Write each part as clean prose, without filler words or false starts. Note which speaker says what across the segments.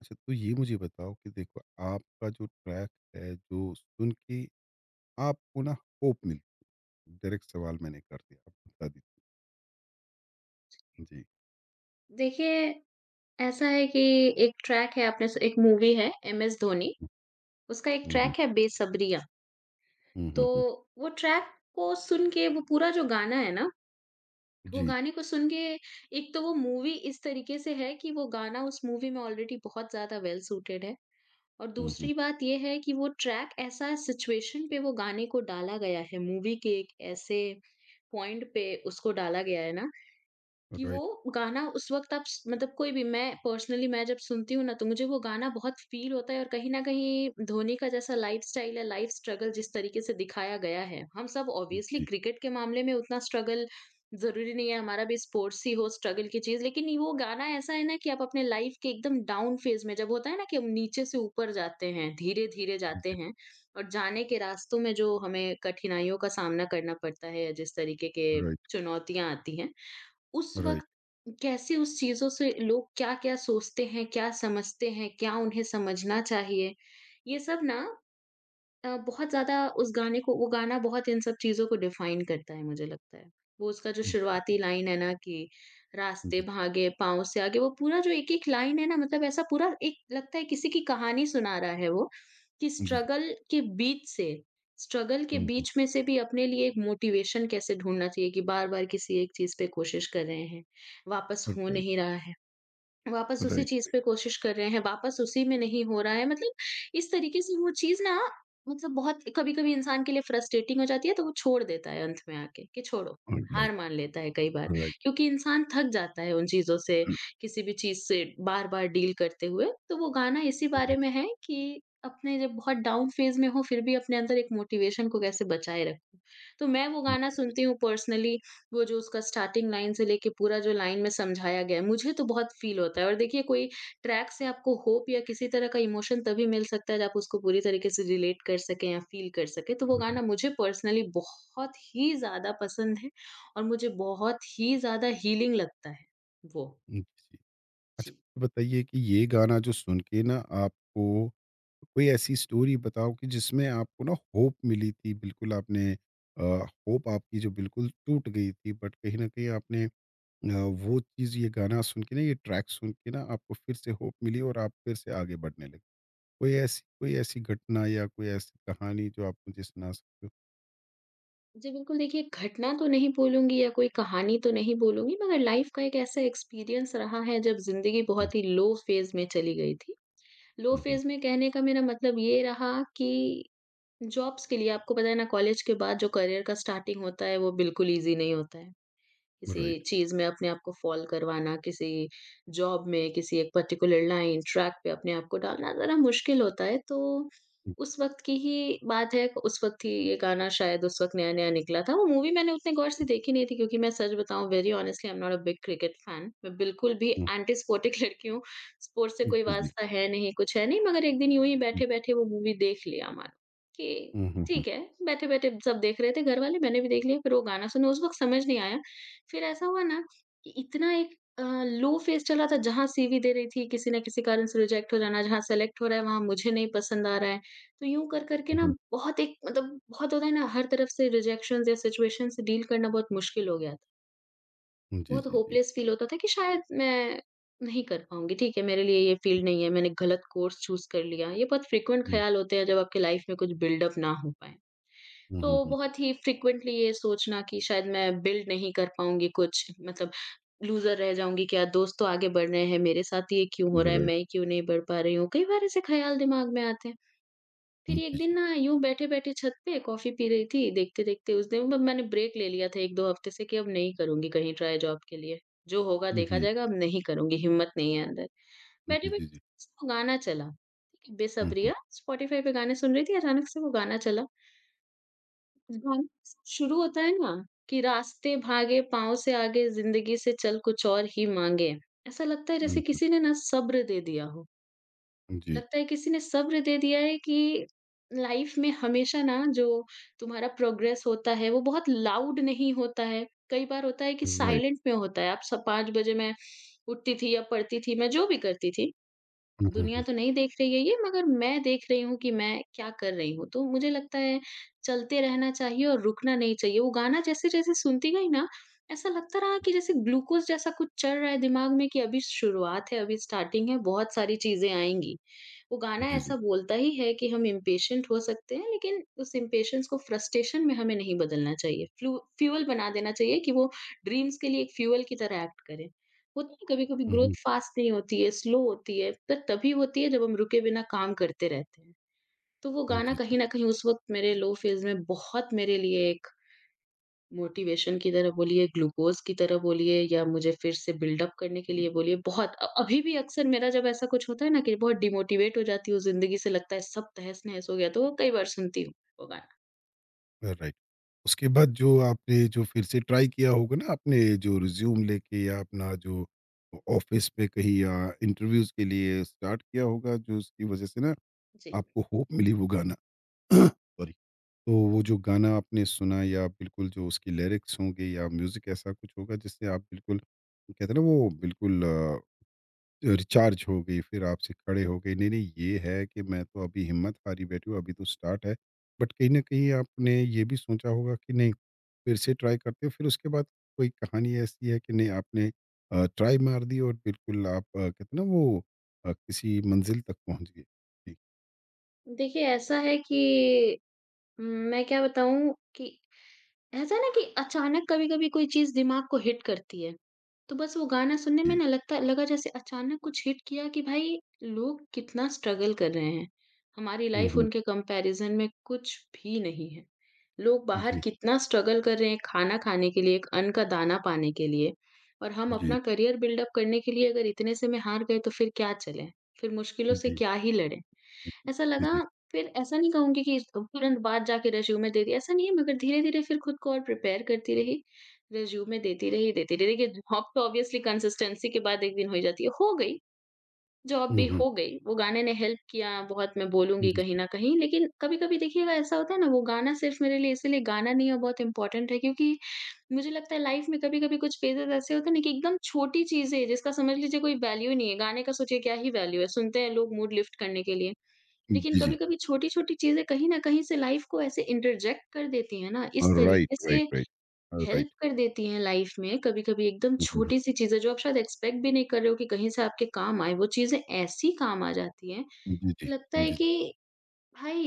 Speaker 1: अच्छा, तो ये मुझे बताओ कि देखो, आपका जो ट्रैक है, जो सुन के आपको ना होप मिलती। डायरेक्ट सवाल मैंने कर दिया, आप बता दीजिए। जी।
Speaker 2: देखिए, ऐसा है कि एक ट्रैक है आपने स एक मूवी है एमएस धोनी, उसका एक
Speaker 1: हम्म,
Speaker 2: ट्रैक है बेसब्रिया।
Speaker 1: हम्म,
Speaker 2: तो
Speaker 1: हम्म, हम्म,
Speaker 2: वो ट्रैक को सुन के वो पूरा जो गाना है ना, वो
Speaker 1: जी।
Speaker 2: गाने को सुन के एक तो वो मूवी इस तरीके से है कि वो गाना उस मूवी में ऑलरेडी बहुत ज़्यादा वेल सूटेड है। और
Speaker 1: हम्म,
Speaker 2: दूसरी बात ये है कि वो ट्रैक ऐसा सिचुएशन पे वो गाने को डाला गया है, मूवी के एक ऐसे पॉइंट पे उसको डाला गया है ना कि वो
Speaker 1: राइट।
Speaker 2: गाना उस वक़्त आप स मतलब कोई भी मैं पर्सनली मैं जब सुनती हूँ ना, तो मुझे वो गाना बहुत फ़ील होता है और कहीं न कहीं धोनी का जैसा लाइफ़स्टाइल है, लाइफ़ स्ट्रगल जिस तरीके से दिखाया गया है, हम सब ऑब्वियसली
Speaker 1: जी,
Speaker 2: क्रिकेट के मामले में उतना स्ट्रगल ज़रूरी नहीं है, हमारा भी स्पोर्ट्स ही हो स्ट्रगल की चीज़, लेकिन ये वो गाना ऐसा है ना कि आप अपने लाइफ़ के एकदम डाउन फ़ेज़ में जब होता है ना कि हम नीचे से ऊपर जाते हैं, धीरे-धीरे जाते
Speaker 1: जी।
Speaker 2: हैं और जाने के रास्तों में जो हमें कठिनाइयों का सामना करना पड़ता है, जिस तरीके के
Speaker 1: राइट,
Speaker 2: चुनौतियाँ आती हैं, उस
Speaker 1: राइट।
Speaker 2: वक़्त कैसे उस चीज़ों से लोग क्या-क्या सोचते हैं, क्या समझते हैं, क्या उन्हें समझना चाहिए, ये सब ना बहुत ज़्यादा उस गाने को वो गाना बहुत इन सब चीज़ों को डिफ़ाइन करता है मुझे लगता है। वो उसका जो
Speaker 1: हम्म,
Speaker 2: शुरुआती लाइन है ना कि रास्ते
Speaker 1: जी,
Speaker 2: भागे पाँव से आगे, वो पूरा जो एक-एक लाइन है ना मतलब ऐसा पूरा एक लगता है किसी की कहानी सुना रहा है वो, कि
Speaker 1: जी, जी।
Speaker 2: स्ट्रगल के बीच से स्ट्रगल के
Speaker 1: हम्म।
Speaker 2: बीच में से भी अपने लिए एक मोटिवेशन कैसे ढूँढना चाहिए कि बार-बार किसी एक चीज़ पे कोशिश कर रहे हैं, वापस
Speaker 1: राइट,
Speaker 2: हो
Speaker 1: राइट,
Speaker 2: नहीं रहा है। वापस उसी चीज़
Speaker 1: राइट,
Speaker 2: पे कोशिश कर रहे हैं, वापस उसी में नहीं हो रहा है, मतलब इस तरीके से वो चीज़ ना मतलब बहुत कभी-कभी इंसान के लिए फ्रस्ट्रेटिंग हो जाती है, तो वो छोड़ देता है अंत में आके कि छोड़ो,
Speaker 1: राइट,
Speaker 2: हार मान लेता है कई बार।
Speaker 1: राइट।
Speaker 2: क्योंकि इंसान थक जाता है उन चीज़ों से, किसी भी चीज़ से बार-बार डील करते हुए। तो वो गाना इसी
Speaker 1: हम्म,
Speaker 2: बारे में है कि अपने जब बहुत डाउन फेज़ में हो, फिर भी अपने अंदर एक मोटिवेशन को कैसे बचाए रखूँ। तो मैं वो गाना सुनती हूँ पर्सनली। वो जो उसका स्टार्टिंग लाइन से लेके पूरा जो लाइन में समझाया गया है, मुझे तो बहुत फील होता है। और देखिए, कोई ट्रैक से आपको होप या किसी तरह का इमोशन तभी मिल सकता है जब आप उसको पूरी तरीके से रिलेट कर सकें या फील कर सकें। तो वो
Speaker 1: हम्म। राइट।
Speaker 2: गाना मुझे पर्सनली बहुत ही ज़्यादा पसंद है और मुझे बहुत ही ज़्यादा हीलिंग लगता है वो।
Speaker 1: जी। अच्छा,
Speaker 2: जी।
Speaker 1: तो बताइए कि ये गाना जो सुन के ना आपको, कोई ऐसी स्टोरी बताओ कि जिसमें आपको ना होप मिली थी। बिल्कुल आपने होप, आपकी जो बिल्कुल टूट गई थी, बट कहीं ना कहीं आपने अ, वो चीज़, ये गाना सुन के ना, ये ट्रैक सुन के ना आपको फिर से होप मिली और आप फिर से आगे बढ़ने लगे। कोई ऐसी घटना या कोई ऐसी कहानी जो आप मुझे सुना सकते हो।
Speaker 2: जी, बिल्कुल। देखिए, घटना तो नहीं बोलूँगी या कोई कहानी तो नहीं बोलूँगी मगर लाइफ़ का एक ऐसा एक्सपीरियंस रहा है जब ज़िंदगी बहुत ही लो फेज़ में चली गई थी। लो फ़ेज़ में कहने का मेरा मतलब ये रहा कि जॉब्स के लिए आपको पता है ना, कॉलेज के बाद जो करियर का स्टार्टिंग होता है वो बिल्कुल ईज़ी नहीं होता है। किसी
Speaker 1: राइट।
Speaker 2: चीज़ में अपने आप को फ़ॉल करवाना, किसी जॉब में, किसी एक पर्टिकुलर लाइन, ट्रैक पे अपने आप को डालना ज़रा मुश्किल होता है। तो उस वक़्त की ही बात है, उस वक़्त ही ये गाना शायद उस वक़्त नया-नया निकला था। वो मूवी मैंने उतने गौर से देखी नहीं थी क्योंकि मैं सच बताऊँ, very honestly, I am not a big cricket fan. मैं बिल्कुल भी एंटी स्पोर्टिक लड़की हूँ। स्पोर्ट्स से
Speaker 1: जी,
Speaker 2: कोई
Speaker 1: जी।
Speaker 2: वास्ता है नहीं, कुछ है नहीं, मगर एक दिन यूँ ही बैठे-बैठे वो मूवी देख लिया मानो कि
Speaker 1: हम्म, हम्म, हम्म,
Speaker 2: ठीक है, बैठे-बैठे सब देख रहे थे घर वाले, मैंने भी देख लिया। फिर वो गाना सुना, उस वक़्त समझ नहीं आया। फिर ऐसा हुआ ना कि इतना एक लो फ़ेज़ चला था, जहाँ सीवी दे रही थी, किसी न किसी कारण से रिजेक्ट हो जाना, जहाँ सेलेक्ट हो रहा है वहाँ मुझे नहीं पसंद आ रहा है। तो यूँ कर कर के ना बहुत एक मतलब बहुत होता है ना, हर तरफ से रिजेक्शंस या सिचुएशन से डील करना बहुत मुश्किल हो गया था।
Speaker 1: जी,
Speaker 2: बहुत
Speaker 1: जी, जी।
Speaker 2: होपलेस फ़ील होता था कि शायद मैं नहीं कर पाऊँगी, ठीक है मेरे लिए ये फ़ील्ड नहीं है, मैंने गलत कोर्स चूज़ कर लिया। ये बहुत फ्रीक्वेंट
Speaker 1: हम्म,
Speaker 2: ख़्याल होते हैं जब आपकी लाइफ़ में कुछ बिल्डअप ना हो पाए।
Speaker 1: हम्म,
Speaker 2: तो
Speaker 1: हम्म,
Speaker 2: बहुत ही फ्रीक्वेंटली ये सोचना कि शायद मैं बिल्ड नहीं कर पाऊँगी कुछ, मतलब लूज़र रह जाऊँगी, क्या दोस्त तो आगे बढ़ रहे हैं, मेरे साथ ये क्यों हो रहा है,
Speaker 1: हम्म,
Speaker 2: मैं क्यों नहीं बढ़ पा रही हूँ। कई बार ऐसे ख़्याल दिमाग में आते हैं।
Speaker 1: हुँ,
Speaker 2: फिर एक
Speaker 1: जी,
Speaker 2: दिन
Speaker 1: जी।
Speaker 2: ना यूँ बैठे-बैठे छत पे कॉफ़ी पी रही थी, देखते-देखते उस दिन मतलब मैंने ब्रेक ले लिया था 1-2 हफ़्ते से कि अब नहीं करूँगी कहीं ट्राई जॉब के लिए। जो होगा देखा
Speaker 1: जी।
Speaker 2: जाएगा, अब नहीं करूँगी, हिम्मत नहीं है अंदर।
Speaker 1: जी, जी, जी।
Speaker 2: बैठे-बैठे वो गाना चला, ठीक है,
Speaker 1: हुँ, हुँ।
Speaker 2: बेसब्रिया स्पॉटिफ़ाई पे गाने सुन रही थी, अचानक से वो गाना चला। गाना शुरू होता है ना कि रास्ते भागे पाँव से आगे, जिंदगी से चल कुछ और ही मांगे। ऐसा लगता है जैसे
Speaker 1: हुँ, हुँ।
Speaker 2: किसी ने ना सब्र दे दिया हो।
Speaker 1: जी,
Speaker 2: लगता है किसी ने सब्र दे दिया है कि लाइफ में हमेशा ना जो तुम्हारा प्रोग्रेस होता है वो बहुत लाउड नहीं होता है, कई बार होता है कि
Speaker 1: राइट।
Speaker 2: साइलेंट में होता है। आप सब, 5 बजे मैं उठती थी या पढ़ती थी, मैं जो भी करती थी,
Speaker 1: हुँ, हुँ,
Speaker 2: दुनिया
Speaker 1: हुँ।
Speaker 2: तो नहीं देख रही है ये, मगर मैं देख रही हूँ कि मैं क्या कर रही हूँ। तो मुझे लगता है चलते रहना चाहिए और रुकना नहीं चाहिए। वो गाना जैसे-जैसे सुनती गई ना, ऐसा लगता रहा कि जैसे ग्लूकोज़ जैसा कुछ चढ़ रहा है दिमाग में, कि अभी शुरुआत है, अभी स्टार्टिंग है, बहुत सारी चीज़ें आएँगी। वो गाना
Speaker 1: जी, जी।
Speaker 2: ऐसा बोलता ही है कि हम इम्पेशेंट हो सकते हैं, लेकिन उस इम्पेशेंस को फ्रस्ट्रेशन में हमें नहीं बदलना चाहिए। फ्लू फ्यूल बना देना चाहिए कि वो ड्रीम्स के लिए एक फ्यूल की तरह एक्ट करे। होता है कभी-कभी
Speaker 1: हुँ, हुँ।
Speaker 2: ग्रोथ फास्ट नहीं होती है, स्लो होती है, पर तभी होती है जब हम रुके बिना काम करते रहते हैं। तो वो
Speaker 1: हुँ,
Speaker 2: गाना
Speaker 1: जी, जी।
Speaker 2: कहीं न कहीं उस वक़्त मेरे लो फेज़ में बहुत मेरे लिए एक मोटिवेशन की तरह बोलिए, ग्लूकोज़ की तरह बोलिए, या मुझे फिर से बिल्डअप करने के लिए बोलिए, बहुत अभी भी अक्सर मेरा जब ऐसा कुछ होता है ना कि बहुत डिमोटिवेट हो जाती हूँ, ज़िंदगी से लगता है सब तहस-नहस हो गया, तो वो कई बार सुनती हूँ वो गाना।
Speaker 1: राइट। उसके
Speaker 2: हुँ।
Speaker 1: बाद जो आपने जो फिर से ट्राई किया होगा ना, आपने जो रिज़्यूम लेके या अपना जो ऑफ़िस में कहीं, या इंटरव्यूज़ के लिए स्टार्ट किया होगा, जो उसकी वज़ह से ना
Speaker 2: जी।
Speaker 1: आपको होप मिली वो गाना। सॉरी। तो वो जो गाना आपने सुना, या बिल्कुल जो उसकी लिरिक्स होंगे, या म्यूज़िक ऐसा कुछ होगा, जिससे आप बिल्कुल कहते हैं ना वो बिल्कुल रिचार्ज हो गई, फिर आपसे खड़े हो गए, नहीं-नहीं ये है कि मैं तो अभी हिम्मत हारी बैठी हूँ, अभी तो स्टार्ट है। बट कहीं न कहीं आपने ये भी सोचा होगा कि नहीं, फिर से ट्राई करते हो, फिर उसके बाद कोई कहानी ऐसी है कि नहीं आपने ट्राई मार दी और बिल्कुल आप कहते हैं ना वो किसी मंज़िल तक पहुँच गए। जी,
Speaker 2: देखिए, ऐसा है कि मैं क्या बताऊँ कि ऐसा है ना कि अचानक कभी-कभी कोई चीज़ दिमाग को हिट करती है, तो बस वो गाना सुनने में
Speaker 1: जी।
Speaker 2: ना लगता लगा जैसे अचानक कुछ हिट किया कि भाई, लोग कितना स्ट्रगल कर रहे हैं। हमारी
Speaker 1: हुँ,
Speaker 2: लाइफ़
Speaker 1: हुँ।
Speaker 2: उनके कंपैरिज़न में कुछ भी नहीं है। लोग बाहर
Speaker 1: जी,
Speaker 2: कितना स्ट्रगल कर रहे हैं खाना खाने के लिए, एक अन्न का दाना पाने के लिए, और हम
Speaker 1: जी,
Speaker 2: अपना करियर बिल्ड अप करने के लिए अगर इतने से में हार गए तो फिर क्या चले? फिर मुश्किलों से
Speaker 1: जी,
Speaker 2: क्या ही लड़ें? ऐसा
Speaker 1: जी,
Speaker 2: लगा।
Speaker 1: जी।
Speaker 2: फिर ऐसा नहीं कहूँगी कि तुरंत बाद जाके रिज़्यूमे दे दिया, ऐसा नहीं है, मगर धीरे-धीरे फिर खुद को और प्रिपेयर करती रही, रिज़्यूमे देती रही, देती रही। देखिए, जॉब तो ऑब्वियसली कंसिस्टेंसी के बाद एक दिन हो ही जाती है, हो गई, जॉब
Speaker 1: हुँ,
Speaker 2: भी
Speaker 1: हुँ।
Speaker 2: हो गई। वो गाने ने हेल्प किया बहुत, मैं बोलूँगी
Speaker 1: जी,
Speaker 2: कहीं न कहीं, लेकिन कभी-कभी देखिएगा ऐसा होता है ना, वो गाना सिर्फ़ मेरे लिए इसीलिए गाना नहीं है, बहुत इम्पोर्टेंट है क्योंकि मुझे लगता है लाइफ़ में कभी-कभी कुछ फ़ेज़ेज़ ऐसे होते हैं ना कि एकदम छोटी चीज़ें जिसका समझ लीजिए कोई वैल्यू ही नहीं है, गाने का सोचिए क्या ही वैल्यू है, सुनते हैं लोग मूड लिफ्ट करने के लिए। लेकिन
Speaker 1: जी, जी।
Speaker 2: कभी-कभी छोटी-छोटी चीज़ें कहीं न कहीं से लाइफ़ को ऐसे इंटरजेक्ट कर देती हैं ना, इस
Speaker 1: राइट,
Speaker 2: तरीके
Speaker 1: राइट,
Speaker 2: से
Speaker 1: राइट। राइट।
Speaker 2: हेल्प कर देती हैं लाइफ़ में। कभी-कभी एकदम
Speaker 1: हुँ, हुँ, हुँ।
Speaker 2: छोटी-सी चीज़ें जो आप शायद एक्सपेक्ट भी नहीं कर रहे हो कि कहीं से आपके काम आए, वो चीज़ें ऐसी काम आ जाती हैं
Speaker 1: जी, जी,
Speaker 2: कि लगता है
Speaker 1: जी,
Speaker 2: कि भाई,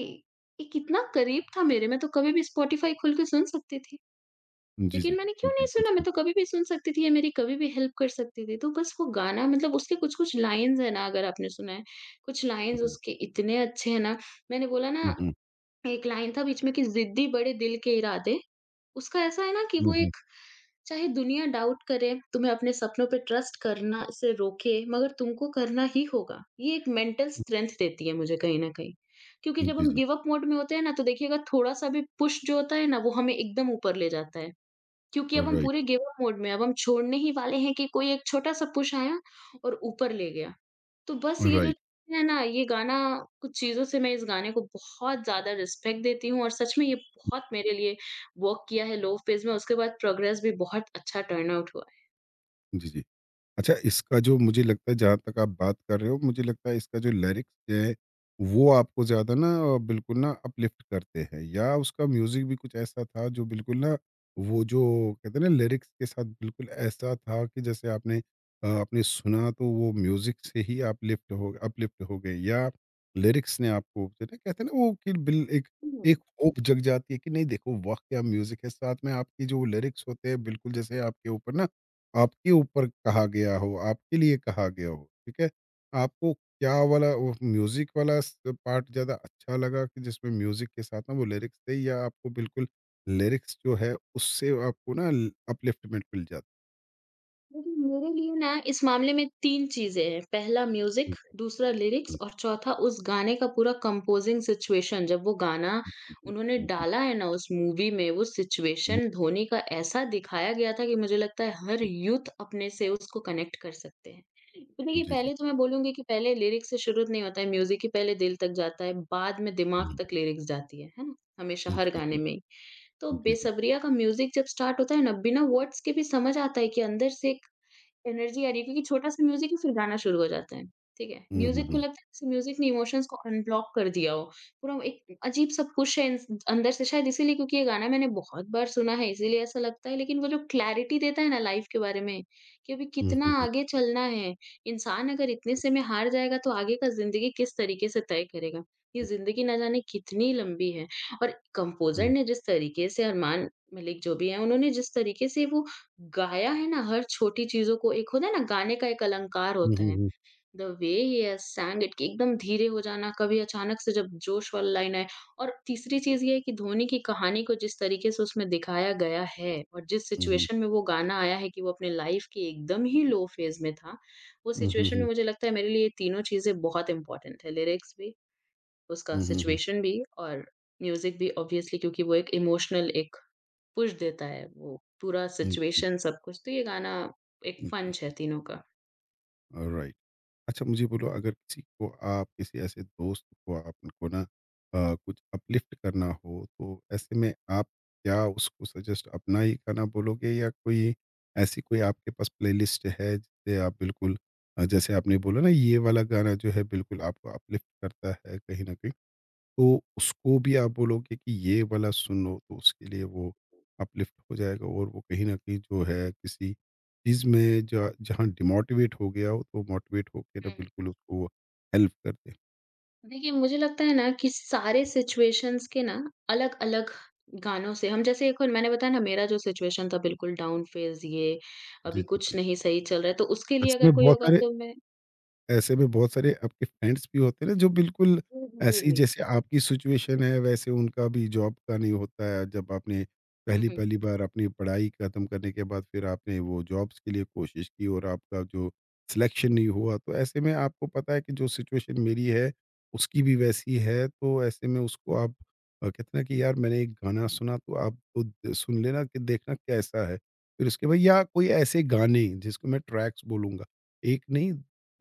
Speaker 2: ये कितना करीब था मेरे, मैं तो कभी भी स्पॉटिफ़ाई खोल के सुन सकती थी।
Speaker 1: जी,
Speaker 2: लेकिन
Speaker 1: जी,
Speaker 2: मैंने क्यों नहीं
Speaker 1: बिल्कुल
Speaker 2: सुना, मैं
Speaker 1: सही।
Speaker 2: तो कभी भी सुन सकती थी, ये मेरी कभी भी हेल्प कर सकती थी। तो बस वो गाना मतलब उसके कुछ-कुछ लाइन्स हैं ना, अगर आपने सुना है, कुछ
Speaker 1: हुँ,
Speaker 2: लाइन्स
Speaker 1: हुँ।
Speaker 2: उसके इतने अच्छे हैं ना, मैंने बोला ना,
Speaker 1: हुँ, हुँ।
Speaker 2: एक लाइन था बीच में कि जिद्दी बड़े दिल के इरादे, उसका ऐसा है ना कि वो
Speaker 1: हुँ, हुँ।
Speaker 2: एक, चाहे दुनिया डाउट करे, तुम्हें अपने सपनों पे ट्रस्ट करना से रोके, मगर तुमको करना ही होगा। ये एक मेंटल स्ट्रेंथ देती है मुझे कहीं न कहीं। क्योंकि जब
Speaker 1: जी,
Speaker 2: हम
Speaker 1: जी।
Speaker 2: गिव अप मोड में होते हैं ना, तो देखिएगा थोड़ा-सा भी पुश जो होता है ना, वो हमें एकदम ऊपर ले जाता है। क्योंकि अब हम
Speaker 1: राइट,
Speaker 2: पूरे गिव अप मोड में हैं, अब हम छोड़ने ही वाले हैं कि कोई एक छोटा-सा पुश आया और ऊपर ले गया। तो बस ये जो
Speaker 1: राइट।
Speaker 2: चीज़ें है ना, ये गाना कुछ चीज़ों से मैं इस गाने को बहुत ज़्यादा रिस्पेक्ट देती हूँ, और सच में ये बहुत मेरे लिए वर्क किया है लो फेज़ में, उसके बाद प्रोग्रेस भी बहुत अच्छा टर्न आउट हुआ है।
Speaker 1: जी, जी। अच्छा, इसका जो मुझे लगता है, जहाँ तक आप बात कर रहे हो, मुझे लगता है इसका जो लिरिक्स है, वो आपको ज़्यादा ना बिल्कुल ना अपलिफ्ट करते हैं, या उसका म्यूज़िक भी कुछ ऐसा था जो बिल्कुल ना वो जो कहते हैं ना लिरिक्स के साथ बिल्कुल ऐसा था कि जैसे आपने आपने सुना तो वो म्यूज़िक से ही आप लिफ्ट हो अपलिफ्ट हो गए, या लिरिक्स ने आपको कहते कहते हैं ना वो कि बिल एक
Speaker 2: हम्म।
Speaker 1: एक होप जग जाती है कि नहीं, देखो वाह! क्या म्यूज़िक है, साथ में आपकी जो लिरिक्स होते हैं बिल्कुल जैसे आपके ऊपर ना आपके ऊपर कहा गया हो, आपके लिए कहा गया हो, ठीक है? आपको क्या वाला वो म्यूज़िक वाला स पार्ट ज़्यादा अच्छा लगा कि जिसमें म्यूज़िक के साथ ना वो लिरिक्स थे, या आपको बिल्कुल लिरिक्स जो है उससे आपको ना ल अपलिफ्टमेंट मिल जाता?
Speaker 2: देखिए, मेरे लिए ना इस मामले में 3 चीज़ें हैं। पहला
Speaker 1: हुँ,
Speaker 2: म्यूज़िक, दूसरा लिरिक्स
Speaker 1: हुँ,
Speaker 2: और चौथा उस गाने का पूरा कंपोज़िंग सिचुएशन, जब वो गाना
Speaker 1: हुँ,
Speaker 2: उन्होंने
Speaker 1: हुँ, जी।
Speaker 2: डाला है ना उस मूवी में, वो
Speaker 1: हुँ,
Speaker 2: सिचुएशन धोनी का ऐसा दिखाया गया था कि मुझे लगता है हर यूथ अपने से उसको कनेक्ट कर सकते हैं। तो देखिए,
Speaker 1: जी, जी, जी।
Speaker 2: पहले तो मैं बोलूँगी कि पहले लिरिक्स से शुरू नहीं होता है, म्यूज़िक ही पहले दिल तक जाता है, बाद में दिमाग
Speaker 1: हुँ,
Speaker 2: तक लिरिक्स जाती है ना? हमेशा
Speaker 1: हुँ,
Speaker 2: हर
Speaker 1: जी,
Speaker 2: गाने
Speaker 1: जी।
Speaker 2: में ही। तो
Speaker 1: जी, जी।
Speaker 2: बेसब्रिया का म्यूज़िक जब स्टार्ट होता है ना, बिना वर्ड्स के भी समझ आता है कि अंदर से एनर्जी आ रही है, क्योंकि छोटा-सा म्यूज़िक है फिर गाना शुरू हो जाता है, ठीक है?
Speaker 1: हुँ, हुँ,
Speaker 2: म्यूज़िक को
Speaker 1: हुँ।
Speaker 2: लगता है जैसे म्यूज़िक ने इमोशंस को अनब्लॉक कर दिया हो, पूरा एक अजीब-सा पुश है इंस अंदर से, शायद इसीलिए क्योंकि ये गाना मैंने बहुत बार सुना है, इसीलिए ऐसा लगता है। लेकिन वो जो क्लैरिटी देता है ना लाइफ़ के बारे में, कि अभी
Speaker 1: हुँ, हुँ,
Speaker 2: कितना
Speaker 1: हुँ,
Speaker 2: आगे चलना है, इंसान अगर इतने से में हार जाएगा तो आगे का ज़िंदगी किस तरीके से तय करेगा? ये
Speaker 1: हुँ,
Speaker 2: ज़िंदगी ना जाने कितनी लंबी है। और कंपोज़र
Speaker 1: हुँ,
Speaker 2: ने जिस तरीके से, अरमान मलिक जो भी हैं, उन्होंने जिस तरीके से वो गाया है ना, हर छोटी चीज़ों को, एक होता है ना गाने का एक अलंकार
Speaker 1: हुँ,
Speaker 2: होता
Speaker 1: हुँ,
Speaker 2: है।
Speaker 1: हुँ,
Speaker 2: the way he has sang it, कि एकदम धीरे हो जाना, कभी अचानक से जब जोश वाली लाइन आए। और तीसरी चीज़ ये है कि धोनी की कहानी को जिस तरीके से उसमें दिखाया गया है और जिस
Speaker 1: हुँ, हुँ, हुँ, हुँ,
Speaker 2: सिचुएशन में वो गाना आया है कि वो अपने लाइफ़ के एकदम ही लो फ़ेज़ में था, वो सिचुएशन में
Speaker 1: हुँ,
Speaker 2: मुझे लगता है मेरे लिए ये तीनों चीज़ें बहुत इम्पोर्टेंट है। लिरिक्स भी, उसका
Speaker 1: हुँ, हुँ, हुँ,
Speaker 2: सिचुएशन भी और म्यूज़िक भी, ऑब्वियसली, क्योंकि वो एक इमोशनल एक पुश देता है, वो पूरा
Speaker 1: हुँ, जी,
Speaker 2: सिचुएशन, सब कुछ। तो ये गाना एक
Speaker 1: जी, जी,
Speaker 2: पंच है तीनों का।
Speaker 1: ऑलराइट। अच्छा मुझे बोलो, अगर किसी को आप, किसी ऐसे दोस्त को आप उनको ना कुछ अपलिफ्ट करना हो, तो ऐसे में आप क्या उसको सजेस्ट अपना ही गाना बोलोगे, या कोई ऐसी कोई आपके पास प्लेलिस्ट है जिससे आप बिल्कुल जैसे आपने बोला ना ये वाला गाना जो है बिल्कुल आपको अपलिफ्ट करता है कहीं ना कहीं, तो उसको भी आप बोलोगे कि ये वाला सुनो तो उसके लिए वो अपलिफ्ट हो जाएगा, और वो कहीं न कहीं जो है किसी चीज़ में ज जहाँ डिमोटिवेट हो गया हो, तो मोटिवेट होके ना
Speaker 2: हुँ।
Speaker 1: बिल्कुल उसको हेल्प कर दे।
Speaker 2: देखिए, मुझे लगता है ना कि सारे सिचुएशंस के ना अलग-अलग गानों से हम, जैसे एक और मैंने बताया ना मेरा जो सिचुएशन था बिल्कुल डाउन फ़ेज़, ये
Speaker 1: जी,
Speaker 2: अभी
Speaker 1: जी,
Speaker 2: कुछ
Speaker 1: जी।
Speaker 2: नहीं सही चल रहा है, तो उसके लिए
Speaker 1: ऐसे
Speaker 2: अगर
Speaker 1: में
Speaker 2: कोई
Speaker 1: बहुत
Speaker 2: होगा
Speaker 1: सारे
Speaker 2: तो मैं।
Speaker 1: ऐसे में बहुत सारे आपके फ्रेंड्स भी होते हैं ना जो बिल्कुल
Speaker 2: जी, जी,
Speaker 1: ऐसी,
Speaker 2: जी।
Speaker 1: जैसे आपकी सिचुएशन है वैसे उनका भी जॉब का नहीं होता है, जब आपने
Speaker 2: हुँ,
Speaker 1: पहली
Speaker 2: हुँ।
Speaker 1: पहली बार अपनी पढ़ाई खत्म करने के बाद फिर आपने वो जॉब्स के लिए कोशिश की, और आपका जो सिलेक्शन नहीं हुआ, तो ऐसे में आपको पता है कि जो सिचुएशन मेरी है उसकी भी वैसी है, तो ऐसे में उसको आप कहते ना कि यार मैंने एक गाना सुना, तो आप तो सुन लेना कि देखना कैसा है, फिर उसके बाद या कोई ऐसे गाने जिसको मैं ट्रैक्स बोलूंगा, एक नहीं,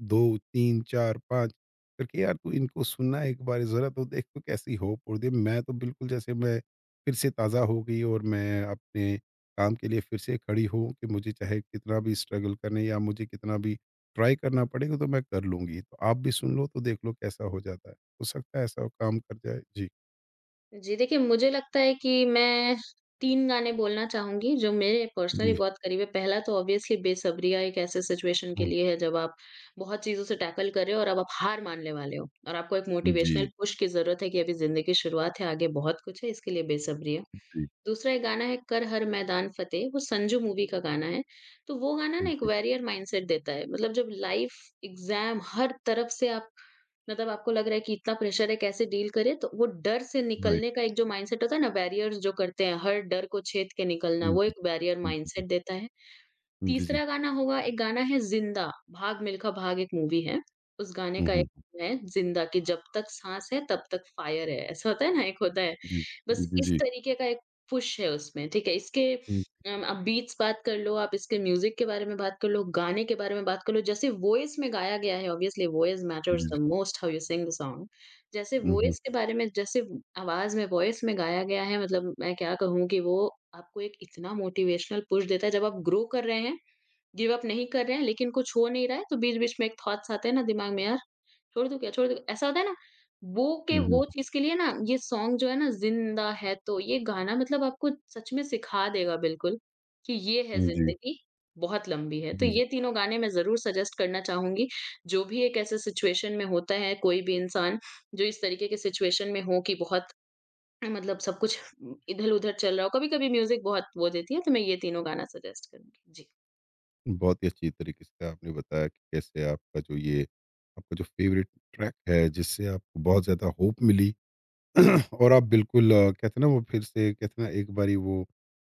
Speaker 1: 2, 3, 4, 5 करके, यार तू इनको सुनना एक बार ज़रा, तो देख तो कैसी होप उड़ गई। मैं तो बिल्कुल जैसे मैं फिर से ताज़ा हो गई और मैं अपने काम के लिए फिर से खड़ी हूँ कि मुझे चाहे कितना भी स्ट्रगल करने, या मुझे कितना भी ट्राई करना पड़ेगा तो मैं कर लूँगी। तो आप भी सुन लो तो देख लो कैसा हो जाता है। हो सकता है ऐसा काम कर जाए। जी।
Speaker 2: जी, देखिए मुझे लगता है कि मैं 3 गाने बोलना चाहूँगी जो मेरे पर्सनली
Speaker 1: जी।
Speaker 2: बहुत करीब है। पहला तो ऑब्वियसली बेसब्रिया, एक ऐसे सिचुएशन के
Speaker 1: हुँ।
Speaker 2: लिए है जब आप बहुत चीज़ों से टैकल कर रहे हो और अब आप हार मानने वाले हो और आपको एक मोटिवेशनल
Speaker 1: जी,
Speaker 2: पुश की ज़रूरत है कि अभी ज़िंदगी की शुरुआत है, आगे बहुत कुछ है, इसके लिए बेसब्रिया।
Speaker 1: जी,
Speaker 2: दूसरा एक गाना है कर हर मैदान फ़तेह, वो संजू मूवी का गाना है। तो वो गाना ना एक
Speaker 1: जी,
Speaker 2: वॉरियर माइंडसेट देता है। मतलब जब लाइफ़, एग्ज़ाम हर तरफ से आप, मतलब आपको लग रहा है कि इतना प्रेशर है, कैसे डील करें? तो वो डर से
Speaker 1: राइट।
Speaker 2: निकलने का एक जो माइंडसेट होता है ना, बैरियर्स जो करते हैं, हर डर को छेद के निकलना,
Speaker 1: हुँ,
Speaker 2: वो
Speaker 1: जी,
Speaker 2: एक बैरियर
Speaker 1: हुँ, जी,
Speaker 2: माइंडसेट देता है।
Speaker 1: जी, जी,
Speaker 2: तीसरा गाना होगा, एक गाना है ज़िंदा, भाग मिल्खा भाग एक मूवी है। उस गाने
Speaker 1: हुँ,
Speaker 2: का एक
Speaker 1: हुँ,
Speaker 2: है ज़िंदा, कि जब तक साँस है तब तक फायर है। ऐसा होता है ना, एक होता है।
Speaker 1: जी,
Speaker 2: बस इस तरीके का एक पुश है उसमें, ठीक है? इसके
Speaker 1: हुँ,
Speaker 2: आप बीट्स बात कर लो, आप इसके म्यूज़िक के बारे में बात कर लो, गाने के बारे में बात कर लो, जैसे वॉइस में गाया गया है, ऑब्वियसली वॉइस
Speaker 1: जी,
Speaker 2: मैटर्स
Speaker 1: जी,
Speaker 2: the most, how you sing the song. जैसे
Speaker 1: हुँ, हुँ,
Speaker 2: वॉइस के बारे में, जैसे आवाज़ में वॉइस में गाया गया है, मतलब मैं क्या कहूँ कि वो आपको एक इतना मोटिवेशनल पुश देता है, जब आप ग्रो कर रहे हैं, गिव अप नहीं कर रहे हैं, लेकिन कुछ हो नहीं रहा है, तो बीच-बीच में एक थॉट्स आते हैं ना दिमाग में, "यार, छोड़ दूँ क्या? छोड़ दूँ?" ऐसा होता है ना। वो के हुँ।
Speaker 1: हुँ,
Speaker 2: वो चीज़ के लिए ना, ये सॉन्ग जो है ना ज़िंदा है तो, ये गाना मतलब आपको सच में सिखा देगा बिल्कुल, कि ये है
Speaker 1: हुँ, जी।
Speaker 2: ज़िंदगी, बहुत लंबी है। तो
Speaker 1: जी, जी।
Speaker 2: ये तीनों गाने मैं ज़रूर सजेस्ट करना चाहूँगी, जो भी एक ऐसे सिचुएशन में होता है, कोई भी इंसान जो इस तरीके के सिचुएशन में हो कि बहुत, मतलब सब कुछ इधर-उधर चल रहा हो, कभी-कभी म्यूज़िक बहुत वो देती है, तो मैं ये तीनों गाना सजेस्ट करूँगी। जी।
Speaker 1: बहुत ही अच्छी तरीके से आपने बताया कि कैसे आपका जो ये आपका जो फेवरेट ट्रैक है, जिससे आपको बहुत ज़्यादा होप मिली और आप बिल्कुल कहते हैं ना वो, फिर से कहते हैं ना एक बारी वो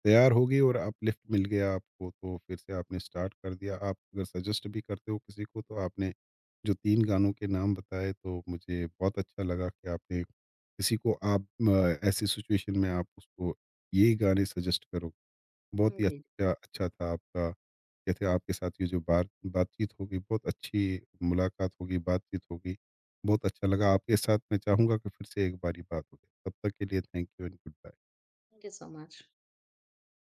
Speaker 1: तैयार हो गई और अपलिफ्ट मिल गया आपको, तो फिर से आपने स्टार्ट कर दिया। आप अगर सजेस्ट भी करते हो किसी को, तो आपने जो 3 गानों के नाम बताए तो मुझे बहुत अच्छा लगा कि आपने किसी को आप ऐसी सिचुएशन में आप उसको ये गाने सजेस्ट करो। बहुत ही
Speaker 2: जी।
Speaker 1: अच्छा अच्छा था आपका, कहते हैं आपके साथ ये जो बात बातचीत होगी, बहुत अच्छी मुलाकात होगी, बातचीत होगी, बहुत अच्छा लगा आपके साथ, मैं चाहूँगा कि फिर से एक बारी बात हो जाए। तब तक के लिए thank you and goodbye.
Speaker 2: Thank you so much.